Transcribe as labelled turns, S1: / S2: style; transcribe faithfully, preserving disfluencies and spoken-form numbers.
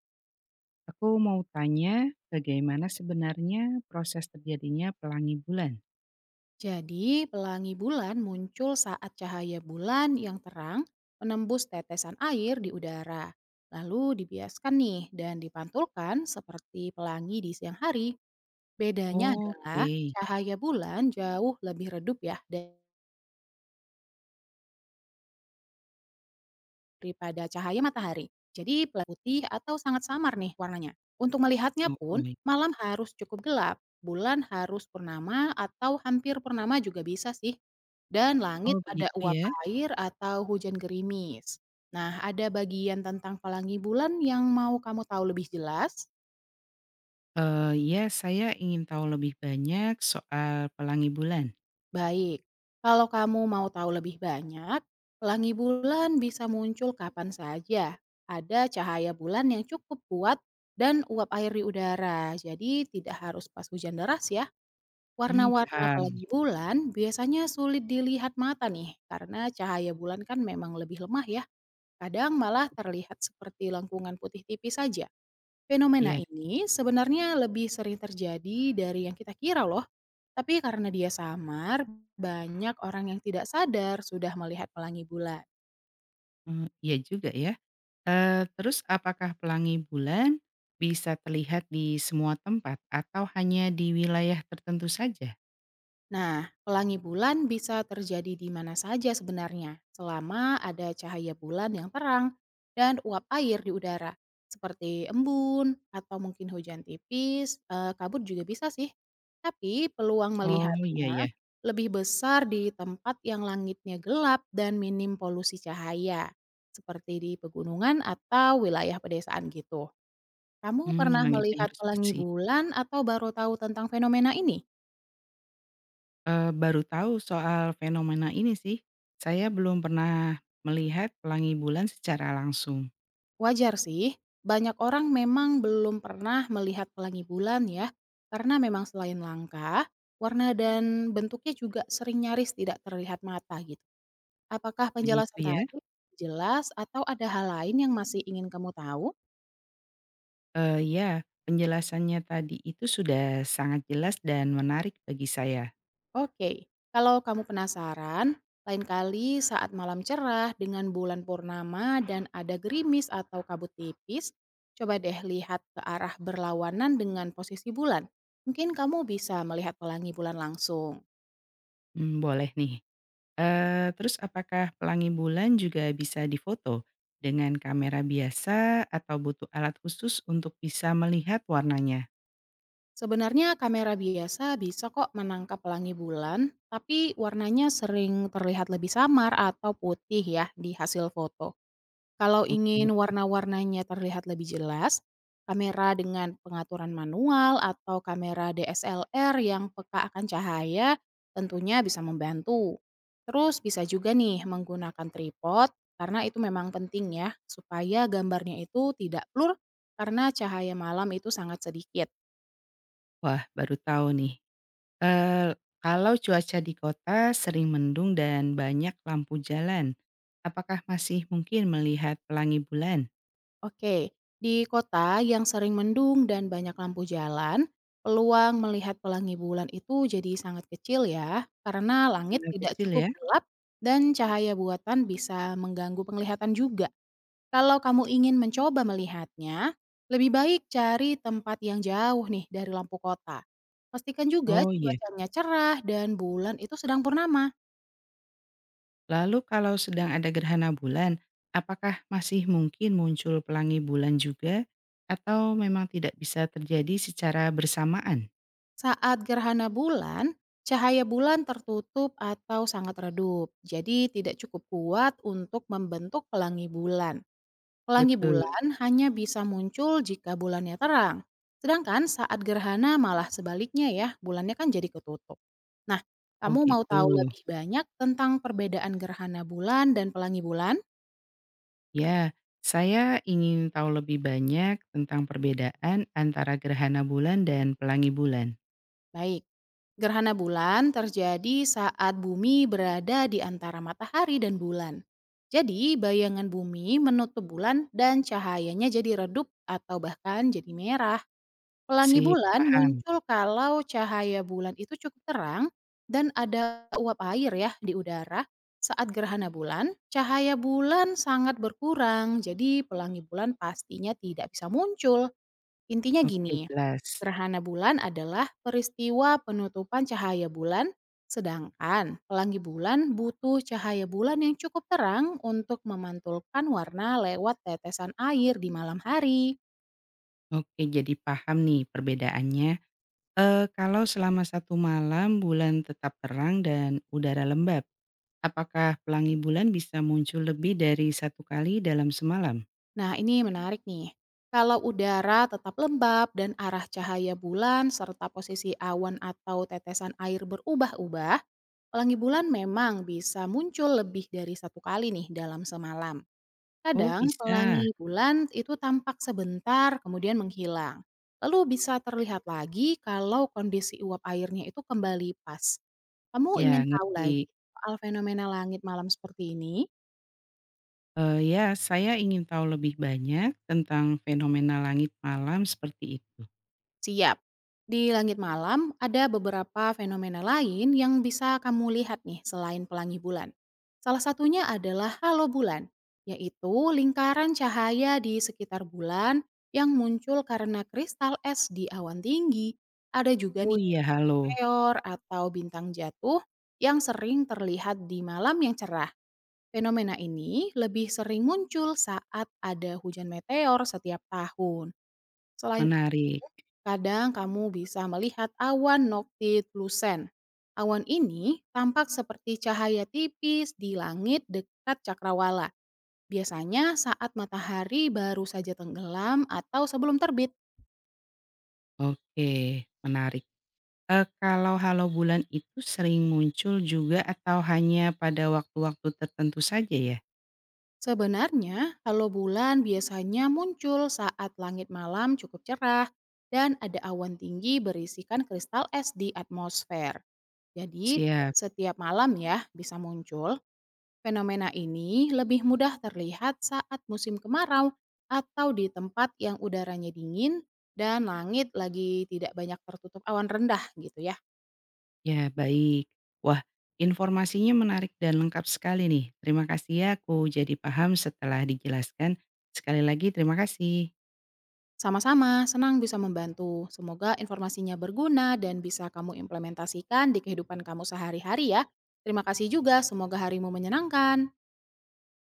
S1: Aku mau tanya, bagaimana sebenarnya proses terjadinya pelangi bulan?
S2: Jadi, pelangi bulan muncul saat cahaya bulan yang terang menembus tetesan air di udara, lalu dibiaskan nih dan dipantulkan seperti pelangi di siang hari. Bedanya adalah
S1: Oke,
S2: cahaya bulan jauh lebih redup ya daripada cahaya matahari. Jadi pelat putih atau sangat samar nih warnanya. Untuk melihatnya
S1: oh, oh,
S2: pun, malam harus cukup gelap, bulan harus purnama atau hampir purnama juga bisa sih. Dan langit
S1: oh,
S2: ada
S1: begitu
S2: uap
S1: ya.
S2: air atau hujan gerimis. Nah, ada bagian tentang pelangi bulan yang mau kamu tahu lebih jelas?
S1: Eh, ya, saya ingin tahu lebih banyak soal pelangi bulan.
S2: Baik, kalau kamu mau tahu lebih banyak, pelangi bulan bisa muncul kapan saja. Ada cahaya bulan yang cukup kuat dan uap air di udara, jadi tidak harus pas hujan deras ya.
S1: Hmm,
S2: Warna-warna
S1: paham.
S2: pelangi bulan biasanya sulit dilihat mata nih, karena cahaya bulan kan memang lebih lemah ya. Kadang malah terlihat seperti lengkungan putih tipis saja. Fenomena
S1: Ya,
S2: ini sebenarnya lebih sering terjadi dari yang kita kira loh. Tapi karena dia samar, banyak orang yang tidak sadar sudah melihat pelangi bulan.
S1: eh, iya juga ya. Eh, terus apakah pelangi bulan bisa terlihat di semua tempat atau hanya di wilayah tertentu saja?
S2: Nah, pelangi bulan bisa terjadi di mana saja sebenarnya, selama ada cahaya bulan yang terang dan uap air di udara, seperti embun atau mungkin hujan tipis, eh, kabut juga bisa sih. Tapi peluang
S1: Oh iya
S2: melihatnya
S1: ya,
S2: lebih besar di tempat yang langitnya gelap dan minim polusi cahaya, seperti di pegunungan atau wilayah pedesaan gitu. Kamu
S1: hmm,
S2: pernah
S1: langitnya
S2: melihat
S1: harus
S2: pelangi
S1: bersih.
S2: bulan atau baru tahu tentang fenomena ini?
S1: Eee, baru tahu soal fenomena ini sih. Saya belum pernah melihat pelangi bulan secara langsung,
S2: Wajar sih, banyak orang memang belum pernah melihat pelangi bulan ya, karena memang selain langka, warna dan bentuknya juga sering nyaris tidak terlihat mata gitu. Apakah
S1: begitu
S2: penjelasan
S1: ya?
S2: tadi jelas atau ada hal lain yang masih ingin kamu tahu?
S1: Eee, iya, penjelasannya tadi itu sudah sangat jelas dan menarik bagi saya.
S2: Oke, kalau kamu penasaran, lain kali saat malam cerah dengan bulan purnama dan ada gerimis atau kabut tipis, coba deh lihat ke arah berlawanan dengan posisi bulan. Mungkin kamu bisa melihat pelangi bulan langsung.
S1: Mmm, boleh nih. Eee, terus apakah pelangi bulan juga bisa difoto dengan kamera biasa atau butuh alat khusus untuk bisa melihat warnanya?
S2: Sebenarnya kamera biasa bisa kok menangkap pelangi bulan, tapi warnanya sering terlihat lebih samar atau putih ya di hasil foto. Kalau ingin
S1: Oke.
S2: warna-warnanya terlihat lebih jelas, kamera dengan pengaturan manual atau kamera D S L R yang peka akan cahaya tentunya bisa membantu. Terus bisa juga nih menggunakan tripod karena itu memang penting ya supaya gambarnya itu tidak blur karena cahaya malam itu sangat sedikit.
S1: Wah, baru tahu nih. Eee, kalau cuaca di kota sering mendung dan banyak lampu jalan, apakah masih mungkin melihat pelangi bulan?
S2: Oke, di kota yang sering mendung dan banyak lampu jalan, peluang melihat pelangi bulan itu jadi sangat kecil ya, karena langit
S1: Sangat
S2: tidak
S1: kecil
S2: cukup
S1: ya?
S2: gelap dan cahaya buatan bisa mengganggu penglihatan juga. Kalau kamu ingin mencoba melihatnya, lebih baik cari tempat yang jauh nih dari lampu kota. Pastikan juga
S1: Oh iya.
S2: cuacanya cerah dan bulan itu sedang purnama.
S1: Lalu kalau sedang ada gerhana bulan, apakah masih mungkin muncul pelangi bulan juga? Atau memang tidak bisa terjadi secara bersamaan?
S2: Saat gerhana bulan, cahaya bulan tertutup atau sangat redup, jadi tidak cukup kuat untuk membentuk pelangi bulan. Pelangi
S1: Betul.
S2: bulan hanya bisa muncul jika bulannya terang. Sedangkan saat gerhana malah sebaliknya ya, bulannya kan jadi ketutup. Nah,
S1: Oh
S2: kamu mau
S1: gitu.
S2: tahu lebih banyak tentang perbedaan gerhana bulan dan pelangi bulan?
S1: Ya, saya ingin tahu lebih banyak tentang perbedaan antara gerhana bulan dan pelangi bulan.
S2: Baik. Gerhana bulan terjadi saat bumi berada di antara matahari dan bulan. Jadi, bayangan bumi menutup bulan dan cahayanya jadi redup atau bahkan jadi merah. Pelangi
S1: Sip,
S2: bulan
S1: paham.
S2: muncul kalau cahaya bulan itu cukup terang dan ada uap air ya di udara. Saat gerhana bulan, cahaya bulan sangat berkurang, jadi pelangi bulan pastinya tidak bisa muncul. Intinya
S1: Oke
S2: gini,
S1: jelas.
S2: gerhana bulan adalah peristiwa penutupan cahaya bulan, sedangkan pelangi bulan butuh cahaya bulan yang cukup terang untuk memantulkan warna lewat tetesan air di malam hari.
S1: Oke jadi paham nih perbedaannya, eee, kalau selama satu malam bulan tetap terang dan udara lembab, apakah pelangi bulan bisa muncul lebih dari satu kali dalam semalam?
S2: Nah, ini menarik nih. Kalau udara tetap lembab dan arah cahaya bulan serta posisi awan atau tetesan air berubah-ubah, pelangi bulan memang bisa muncul lebih dari satu kali nih dalam semalam.
S1: Oh
S2: Kadang
S1: bisa,
S2: pelangi bulan itu tampak sebentar kemudian menghilang. Lalu bisa terlihat lagi kalau kondisi uap airnya itu kembali pas. Kamu
S1: ya
S2: ingin tahu lagi
S1: ngerti.
S2: soal fenomena langit malam seperti ini?
S1: Eee, ya saya ingin tahu lebih banyak tentang fenomena langit malam seperti itu.
S2: Siap. Di langit malam ada beberapa fenomena lain yang bisa kamu lihat nih selain pelangi bulan. Salah satunya adalah halo bulan, yaitu lingkaran cahaya di sekitar bulan yang muncul karena kristal es di awan tinggi. Ada juga nih
S1: Oh iya halo,
S2: meteor atau bintang jatuh yang sering terlihat di malam yang cerah. Fenomena ini lebih sering muncul saat ada hujan meteor setiap tahun. Selain
S1: menarik.
S2: kadang kamu bisa melihat awan noctilucent. Awan ini tampak seperti cahaya tipis di langit dekat cakrawala, biasanya saat matahari baru saja tenggelam atau sebelum terbit.
S1: Oke, menarik. Eee, kalau Halo Bulan itu sering muncul juga atau hanya pada waktu-waktu tertentu saja ya?
S2: Sebenarnya, halo bulan biasanya muncul saat langit malam cukup cerah dan ada awan tinggi berisikan kristal es di atmosfer. Jadi, tidak
S1: Siap,
S2: setiap malam ya bisa muncul, fenomena ini lebih mudah terlihat saat musim kemarau atau di tempat yang udaranya dingin dan langit lagi tidak banyak tertutup awan rendah gitu ya.
S1: ya baik. Wah, informasinya menarik dan lengkap sekali nih. Terima kasih ya aku jadi paham setelah dijelaskan. Sekali lagi terima kasih.
S2: Sama-sama, senang bisa membantu. Semoga informasinya berguna dan bisa kamu implementasikan di kehidupan kamu sehari-hari ya. Terima kasih juga, semoga harimu menyenangkan.